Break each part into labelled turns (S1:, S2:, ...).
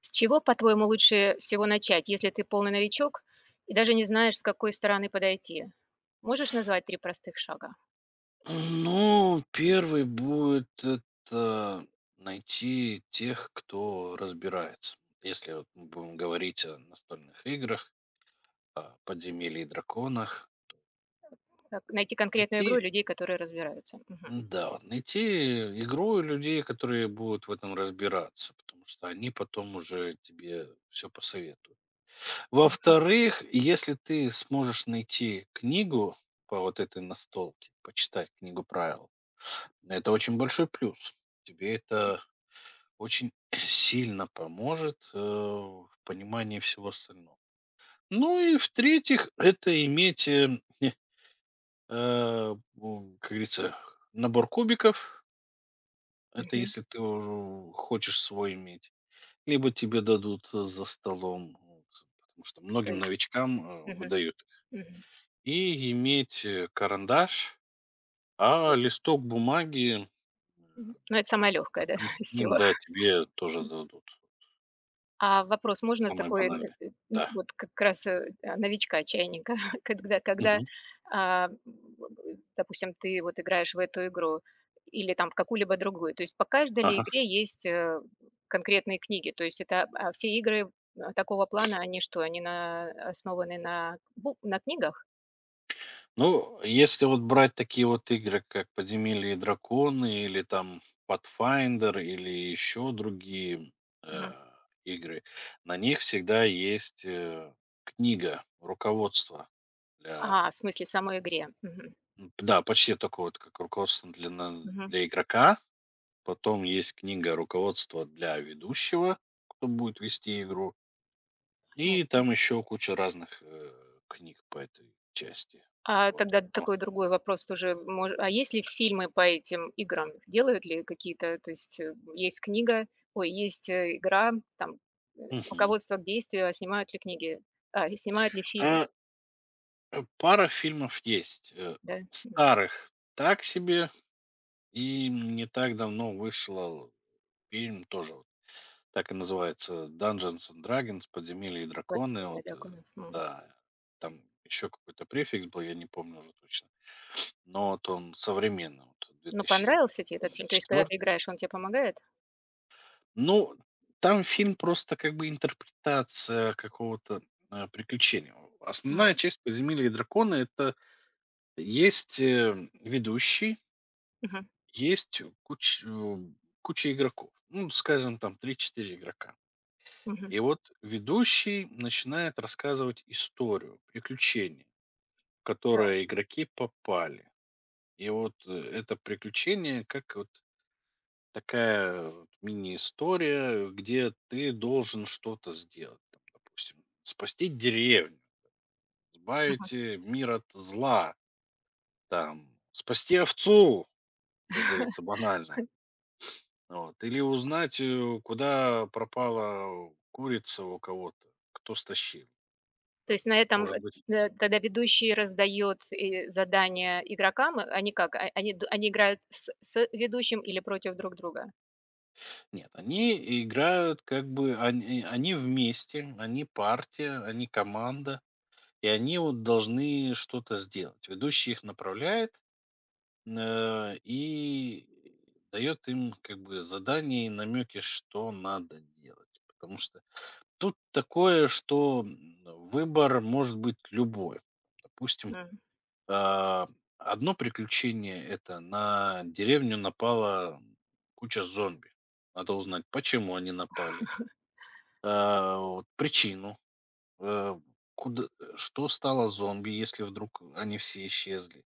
S1: С чего, по-твоему, лучше всего начать, если ты полный новичок и даже не знаешь, с какой стороны подойти? Можешь назвать 3 простых шага?
S2: Ну, первый будет это найти тех, кто разбирается. Если вот мы будем говорить о настольных играх, о подземелье и драконах,
S1: Как найти конкретную игру и
S2: найти,
S1: людей, которые разбираются? Мгм.
S2: да, вот найти игру и людей, которые будут в этом разбираться, потому что они потом уже тебе все посоветуют. Во-вторых, если ты сможешь найти книгу по вот этой настолке, почитать книгу правил, это очень большой плюс. Тебе это очень сильно поможет, в понимании всего остального. Ну и в-третьих, это иметь, э, у как говорится, набор кубиков. Это
S1: Мгм.
S2: если ты уже хочешь свой иметь. Либо тебе дадут за столом, вот, потому что
S1: То
S2: многим
S1: есть.
S2: новичкам,
S1: Мгм.
S2: выдают их.
S1: Мгм.
S2: И иметь, карандаш, а
S1: Вот.
S2: листок бумаги, э,
S1: Мгм. Ну, это самое легкое, да,
S2: всем
S1: из
S2: остальным,
S1: всего.
S2: да, тебе тоже дадут.
S1: А вопрос,
S2: Это
S1: можно
S2: самое
S1: такой,
S2: банальное.
S1: н
S2: Да.
S1: вот как раз, новичка-чайника, когда когда,
S2: Мгм.
S1: а, м, м, допустим, ты вот играешь в эту игру или там в какую-либо другую. То есть по каждой ли
S2: Ага.
S1: игре есть, конкретные книги? То есть это, все игры, такого плана, они что, они на основаны на бу на книгах?
S2: Ну, если вот брать такие вот игры, как "Подземелье и драконы", или там "Pathfinder", или еще другие, э,
S1: Мгм.
S2: игры, на них всегда есть, книга, руководство для
S1: А, в смысле, в самой игре. Мгм.
S2: м, да, почти такое вот, как руководство для на
S1: Мгм.
S2: для игрока. Потом есть книга руководства для ведущего, кто будет вести игру. И там еще куча разных, книг по этой части.
S1: А
S2: Вот.
S1: тогда
S2: О.
S1: такой другой вопрос тоже. А есть ли фильмы по этим играм? Делают ли какие-то? То есть есть книга, ой, есть игра, там э,
S2: Мгм.
S1: руководство к действию, а снимают ли книги? А, и снимают ли фильмы?
S2: А Пара фильмов есть.
S1: Да? М,
S2: Старых так себе. И не так давно вышел фильм тоже. Вот так и называется Dungeons and Dragons, подземелье и драконы.
S1: «Подземелье
S2: Вот,
S1: драконов». М.
S2: да, там еще какой-то префикс был, я не помню уже точно. Но вот он современный, вот
S1: Ну, понравился тебе этот фильм? То есть, когда ты
S2: 2024.
S1: играешь, он тебе помогает?
S2: Ну, там фильм просто как бы интерпретация какого-то приключения. Основная
S1: М,
S2: часть подземелья и дракона это есть, ведущий,
S1: мгм,
S2: есть куча игроков. Ну, скажем, там три-четыре игрока.
S1: мгм.
S2: И вот ведущий начинает рассказывать историю, приключение, в
S1: Так,
S2: которое игроки попали. И вот, это приключение как вот такая вот мини-история, где ты должен что-то сделать. Там, допустим, спасти деревню,
S1: мгм.
S2: избавить, мир от зла, там, спасти овцу, как говорится, банально. Вот. Или узнать, куда пропала курица у кого-то, кто стащил.
S1: То
S2: Там,
S1: есть на этом
S2: может быть,
S1: тогда ведущий раздает задания игрокам, они как? Они, они играют с ведущим или против друг друга?
S2: нет. Они играют как бы, они вместе, они партия, они команда, и они вот должны что-то сделать. Ведущий их направляет и дает им как бы задание и намеки, что надо делать. Потому что тут такое, что м, выбор может быть любой. Допустим,
S1: М.
S2: а, одно приключение это на деревню напала куча зомби. Надо узнать, почему они напали, а, вот причину, э, куда, что стало зомби, если вдруг они все исчезли.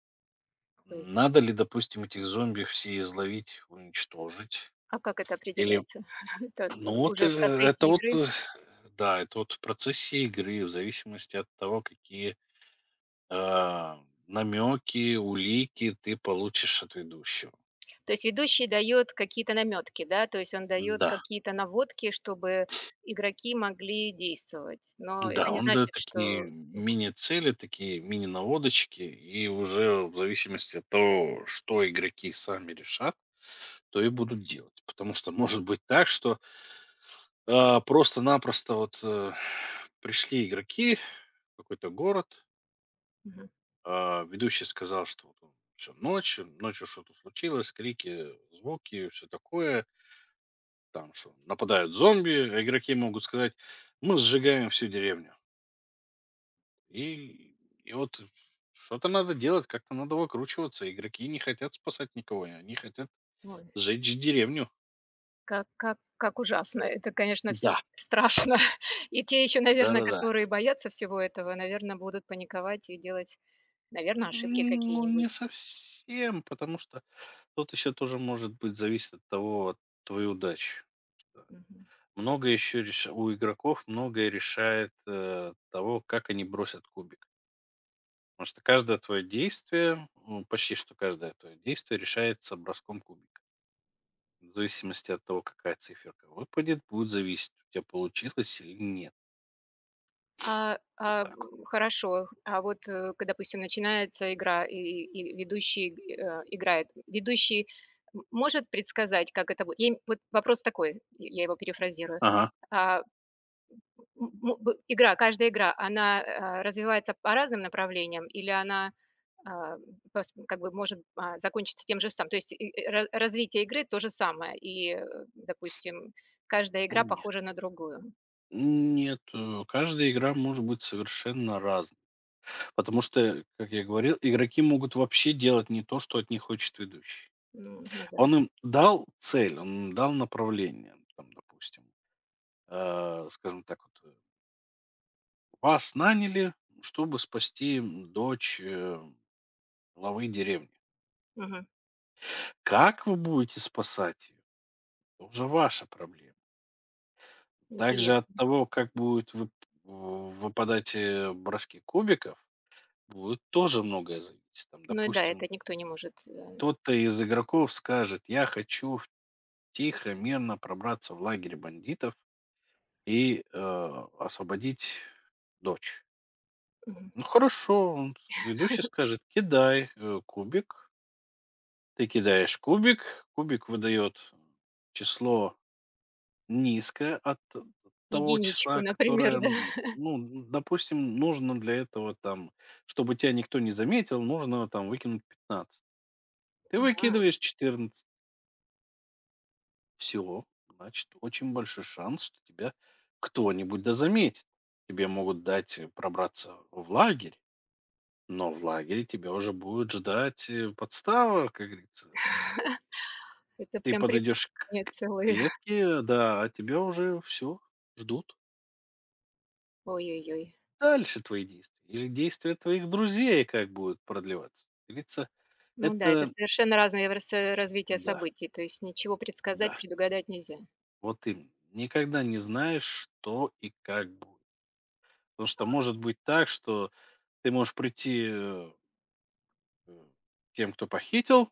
S1: Ой.
S2: Надо ли, допустим, этих зомби все изловить, уничтожить?
S1: А как это
S2: Или,
S1: определяется? Это,
S2: ну вот,
S1: уже в процессе
S2: это вот,
S1: игры?
S2: да, это вот в процессе игры, в зависимости от того, какие а, намеки, улики ты получишь от ведущего.
S1: То есть ведущий дает какие-то намётки, да? То есть он дает
S2: Да,
S1: какие-то наводки, чтобы игроки могли действовать. Но это
S2: да,
S1: не
S2: он даёт
S1: значит,
S2: такие
S1: что Мгм.
S2: мини-цели, такие мини-наводочки, и уже в зависимости от того, что игроки сами решат, то и будут делать. Потому что может быть так, что, а, просто-напросто вот, пришли игроки в какой-то город, а, ведущий сказал, что вот он ночь, ночью что-то случилось, крики, звуки, все такое. Там что нападают зомби, а игроки могут сказать: "Мы сжигаем всю деревню". И, и вот что-то надо делать, как-то надо выкручиваться. Игроки не хотят спасать никого, они хотят
S1: Ой,
S2: сжечь деревню.
S1: как ужасно. Это, конечно, все
S2: Да,
S1: страшно. И те ещё, наверное,
S2: да-да-да.
S1: которые боятся всего этого, наверное, будут паниковать и делать, наверное, ошибки
S2: М, ну, не
S1: какие-нибудь.
S2: совсем, потому что тут еще тоже может быть зависит от того, от твоей удачи. Да.
S1: Мгм.
S2: Много еще реш... у игроков многое решает того, как они бросят кубик. Потому что каждое твое действие, ну, почти что каждое твое действие решается броском кубика. В зависимости от того, какая циферка выпадет, будет зависеть, у тебя получилось или нет. Вот так вот.
S1: Хорошо. А вот, к допустим, начинается игра, и ведущий, играет. Ведущий может предсказать, как это будет? Я им вот вопрос такой, я его перефразирую.
S2: Ага.
S1: А, м мо бы Игра, каждая игра, она, развивается по разным направлениям или она, а, пос как бы может, закончиться тем же самым? То есть и ра развитие игры то же самое, и, допустим, каждая игра
S2: Нет,
S1: похожа на другую.
S2: Нет, каждая игра может быть совершенно разной. Потому что, как я говорил, игроки могут вообще делать не то, что от них хочет ведущий.
S1: Ну да.
S2: Он им дал цель, он им дал направление, там, допустим, скажем так, вот, вас наняли, чтобы спасти м, дочь главы деревни.
S1: Мгм.
S2: Как вы будете спасать ее? Это уже ваша проблема.
S1: Интере
S2: Также от того, как будут выпадать, броски кубиков, будет тоже многое зависеть. Там,
S1: Ну да,
S2: допустим,
S1: это никто не может, э, с
S2: кто-то из игроков скажет: "Я хочу в тихо, мирно пробраться в лагерь бандитов и, освободить дочь".
S1: мгм.
S2: Ну, хорошо, он с ведущий скажет: "Кидай, кубик". Ты кидаешь кубик, кубик выдает число низкая от того
S1: Единичку,
S2: числа,
S1: например,
S2: которое,
S1: да.
S2: м, ну, допустим, нужно для этого там, чтобы тебя никто не заметил, нужно там выкинуть 15. Ты
S1: А,
S2: выкидываешь 14 всего, значит, очень большой шанс, что тебя кто-нибудь да заметит. Тебе могут дать, пробраться в лагерь, но в лагере тебя уже будет ждать, подстава, как говорится.
S1: это
S2: Ты
S1: прям
S2: подойдешь
S1: приключения
S2: к
S1: целые.
S2: клетке, да, а тебя уже все ждут.
S1: Ой-ой-ой.
S2: Дальше твои действия? Или действия твоих друзей как будут продлеваться? Делиться
S1: Ну да, это
S2: это
S1: совершенно разные развития
S2: да,
S1: событий, то есть ничего
S2: да,
S1: предсказать, предугадать нельзя.
S2: вот именно. Никогда не знаешь, что и как будет. Потому что может быть так, что ты можешь прийти э, к тем, кто похитил,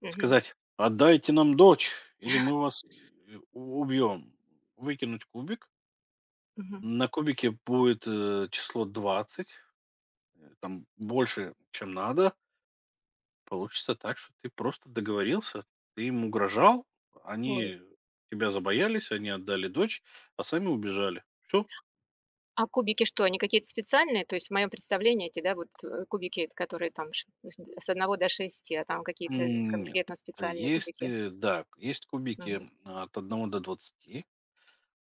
S1: Мгм,
S2: сказать, отдайте нам дочь, или мы вас убьем. Выкинуть кубик.
S1: мгм.
S2: На кубике будет число 20, там больше, чем надо. Получится так, что ты просто договорился, ты им угрожал,
S1: Ой.
S2: они тебя забоялись, они отдали дочь, а сами убежали. Все?
S1: А кубики что, они какие-то специальные? То есть в моем представлении эти, да, вот, кубики, это которые там ш с одного до шести, а там какие-то
S2: Нет.
S1: конкретно специальные
S2: Есть,
S1: кубики.
S2: да, есть кубики
S1: Мгм,
S2: м, от 1 до 20,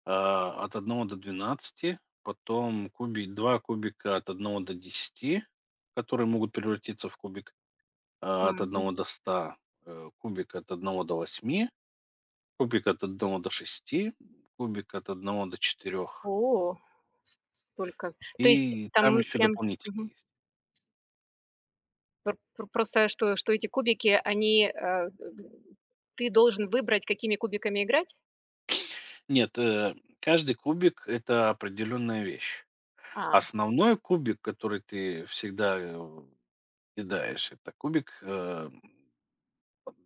S2: а, от 1 до 12, потом кубик 2 кубика от 1 до 10, которые могут превратиться в кубик, а, от
S1: мгм.
S2: одного до ста, кубик от 1 до 8, кубик от 1 до 6, кубик от одного до 4.
S1: О, столько. То есть
S2: И
S1: там
S2: там еще
S1: прям
S2: дополнительные есть.
S1: Пр пр просто что эти кубики, они, ты должен выбрать, какими кубиками играть?
S2: Нет, каждый кубик- это определенная вещь.
S1: А,
S2: Основной кубик, который ты всегда, кидаешь, это кубик,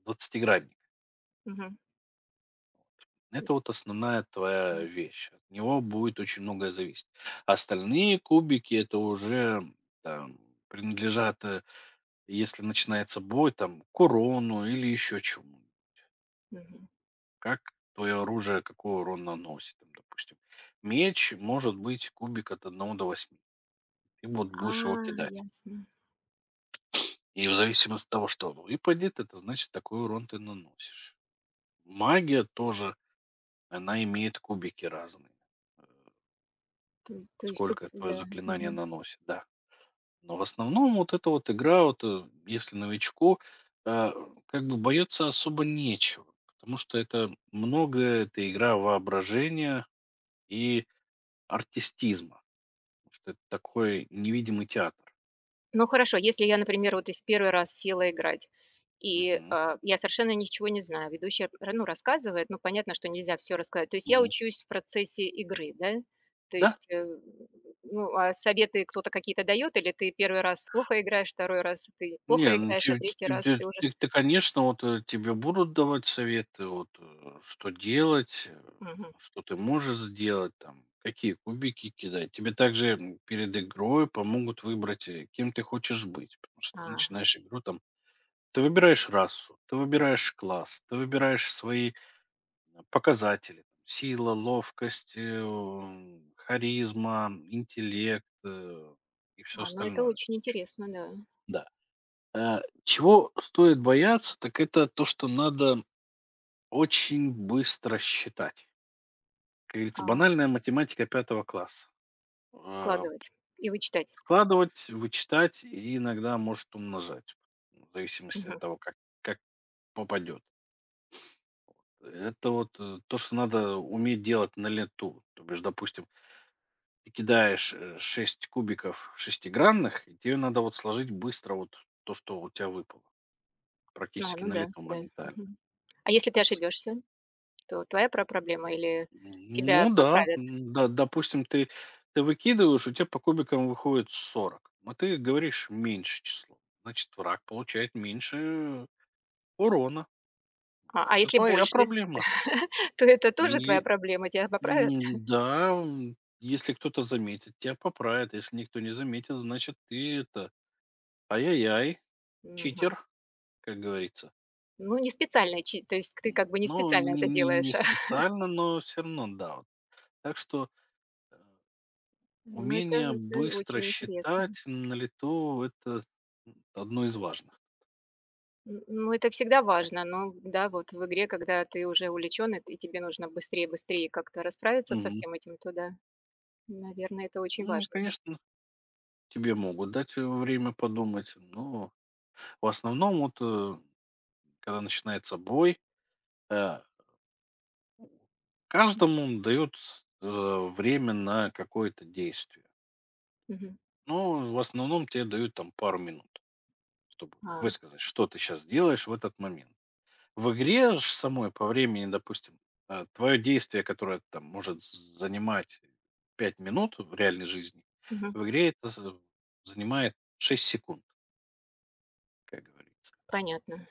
S2: двадцатигранник.
S1: мгм.
S2: Это вот основная твоя вещь. От него будет очень многое зависеть. Остальные кубики- это уже там принадлежат, если начинается бой, там, к урону или еще чему.
S1: Мгм.
S2: Как твое оружие, какой урон наносит, там, допустим. Меч может быть кубик от 1 до 8, ты вот
S1: А,
S2: будешь его кидать.
S1: ясно.
S2: И в зависимости от того, что выпадет, это значит, такой урон ты наносишь. Магия тоже, она имеет кубики разные. э,
S1: То есть тут,
S2: Сколько твое
S1: да,
S2: заклинание
S1: мгм.
S2: наносит, да. Но в основном вот эта вот игра, вот если новичку, э, как бы бояться особо нечего. Потому что это многое, это игра воображения и артистизма. Потому что это такой невидимый театр.
S1: Ну хорошо, если я, например, вот из первый раз села играть, и,
S2: Мгм.
S1: я совершенно ничего не знаю, ведущий, р ну, рассказывает, ну, понятно, что нельзя все рассказать. То есть я
S2: Мгм.
S1: учусь в процессе игры, да? То
S2: Да.
S1: есть, ну, а советы кто-то какие-то дает, или ты первый раз плохо играешь, второй раз ты
S2: Не,
S1: плохо
S2: ну
S1: играешь, а
S2: ти
S1: третий
S2: ти
S1: раз
S2: ти
S1: ты уже
S2: ты ты, конечно, вот, тебе будут давать советы, вот, что делать,
S1: Мгм.
S2: что ты можешь сделать, там, какие кубики кидать. Тебе также, м, перед игрой помогут выбрать, кем ты хочешь быть, потому что ты
S1: Ага.
S2: начинаешь игру там ты выбираешь расу, ты выбираешь класс, ты выбираешь свои показатели: сила, ловкость, м, харизма, интеллект, и все
S1: А, ну это
S2: остальное.
S1: очень интересно, да.
S2: Да. А, чего стоит бояться, так это то, что надо очень быстро считать. Как говорится,
S1: А,
S2: банальная математика 5 класса. А,
S1: складывать и вычитать.
S2: складывать, вычитать и иногда, может, умножать, в зависимости от
S1: Мгм.
S2: того, как попадет. Это вот, то, что надо уметь делать на лету. То бишь, допустим ты кидаешь, 6 кубиков шестигранных, и тебе надо вот сложить быстро вот то, что у тебя выпало,
S1: А,
S2: практически
S1: ну
S2: на
S1: да,
S2: лету
S1: да.
S2: моментально.
S1: Мгм. А если ты ошибешься? То твоя пра проблема или тебя
S2: Ну да,
S1: поправят?
S2: м, да, допустим, ты выкидываешь, у тебя по кубикам выходит 40, но ты говоришь меньше число. Значит, враг получает меньше урона.
S1: А
S2: Это
S1: если
S2: твоя
S1: больше,
S2: проблема.
S1: то это тоже
S2: Е
S1: твоя проблема, тебя поправят?
S2: м, да, м, если кто-то заметит, тебя поправят. Если никто не заметит, значит, ты это, ай-яй-яй,
S1: Мгм.
S2: читер, как говорится.
S1: Ну, не специально, чи то есть
S2: М,
S1: ты как бы не
S2: ну,
S1: специально
S2: не
S1: это
S2: не не
S1: делаешь.
S2: специально, но все равно, да, вот. Так что, э,
S1: Ну, это
S2: умение
S1: это
S2: быстро
S1: очень интересно.
S2: считать на лету- это, м, одно из важных.
S1: Н ну, это всегда важно, но да, вот в игре, когда ты уже увлечен, и тебе нужно быстрее, быстрее как-то расправиться со
S2: Мгм.
S1: всем этим, то да, наверное, это очень
S2: Ну,
S1: важно.
S2: конечно, тебе могут дать, время подумать, но в основном вот, когда начинается бой, э, каждому дают время на какое-то действие.
S1: Мгм.
S2: Но в основном те дают там пару минут, чтобы
S1: А,
S2: высказать, что ты сейчас делаешь в этот момент. В игре ж самой по времени, допустим, твое действие, которое там может з занимать 5 минут в реальной жизни,
S1: мгм.
S2: в игре это з занимает 6 секунд, как говорится.
S1: Понятно.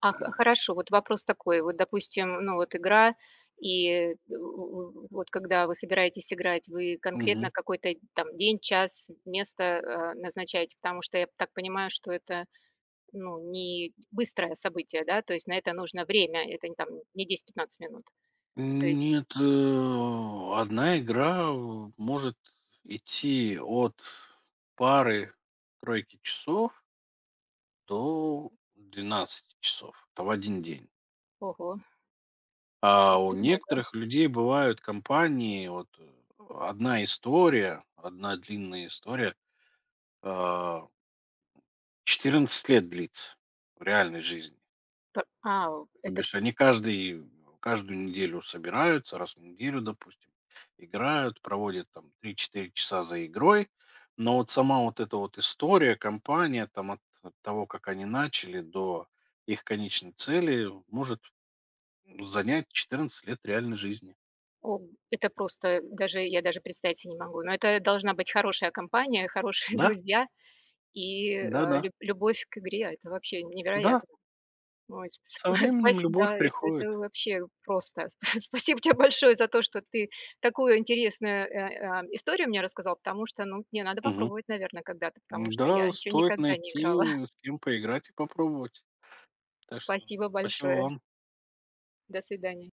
S1: А х
S2: И
S1: хорошо, вот вопрос такой. Вот, допустим, ну, вот игра, и в вот когда вы собираетесь играть, вы
S2: мгм.
S1: конкретно какой-то там день, час, место, назначаете? Потому что я так понимаю, что это, ну, не быстрое событие, да? То есть на это нужно время, это не там не 10–15 минут. То есть
S2: Нет, 1 игра в может идти от пары-тройки часов до 12 часов. Это в один день.
S1: ого,
S2: А у
S1: это много.
S2: некоторых людей бывают компании, вот одна история, одна длинная история, а, 14 лет длится в реальной жизни.
S1: П А,
S2: То
S1: это
S2: бишь они каждый, каждую неделю собираются, раз в неделю, допустим, играют, проводят там три-четыре часа за игрой. Но вот сама вот эта вот история, компания, там от того, как они начали до их конечной цели, может занять 14 лет реальной жизни.
S1: о это просто даже я даже представить себе не могу. Но это должна быть хорошая компания, хорошие
S2: Да,
S1: друзья, и,
S2: да, да.
S1: лю любовь к игре — а это вообще
S2: Да,
S1: невероятно. Ой, сп сп
S2: со временем
S1: спасибо,
S2: любовь
S1: да, это
S2: приходит.
S1: вообще просто. Сп Спасибо тебе большое за то, что ты такую интересную, историю мне рассказал, потому что, ну, мне надо
S2: Мгм.
S1: попробовать, наверное, когда-то, потому что я
S2: Да
S1: еще
S2: стоит
S1: никогда не
S2: найти,
S1: играла.
S2: с кем поиграть и попробовать. Так что
S1: Спасибо
S2: спасибо
S1: большое.
S2: вам.
S1: До свидания.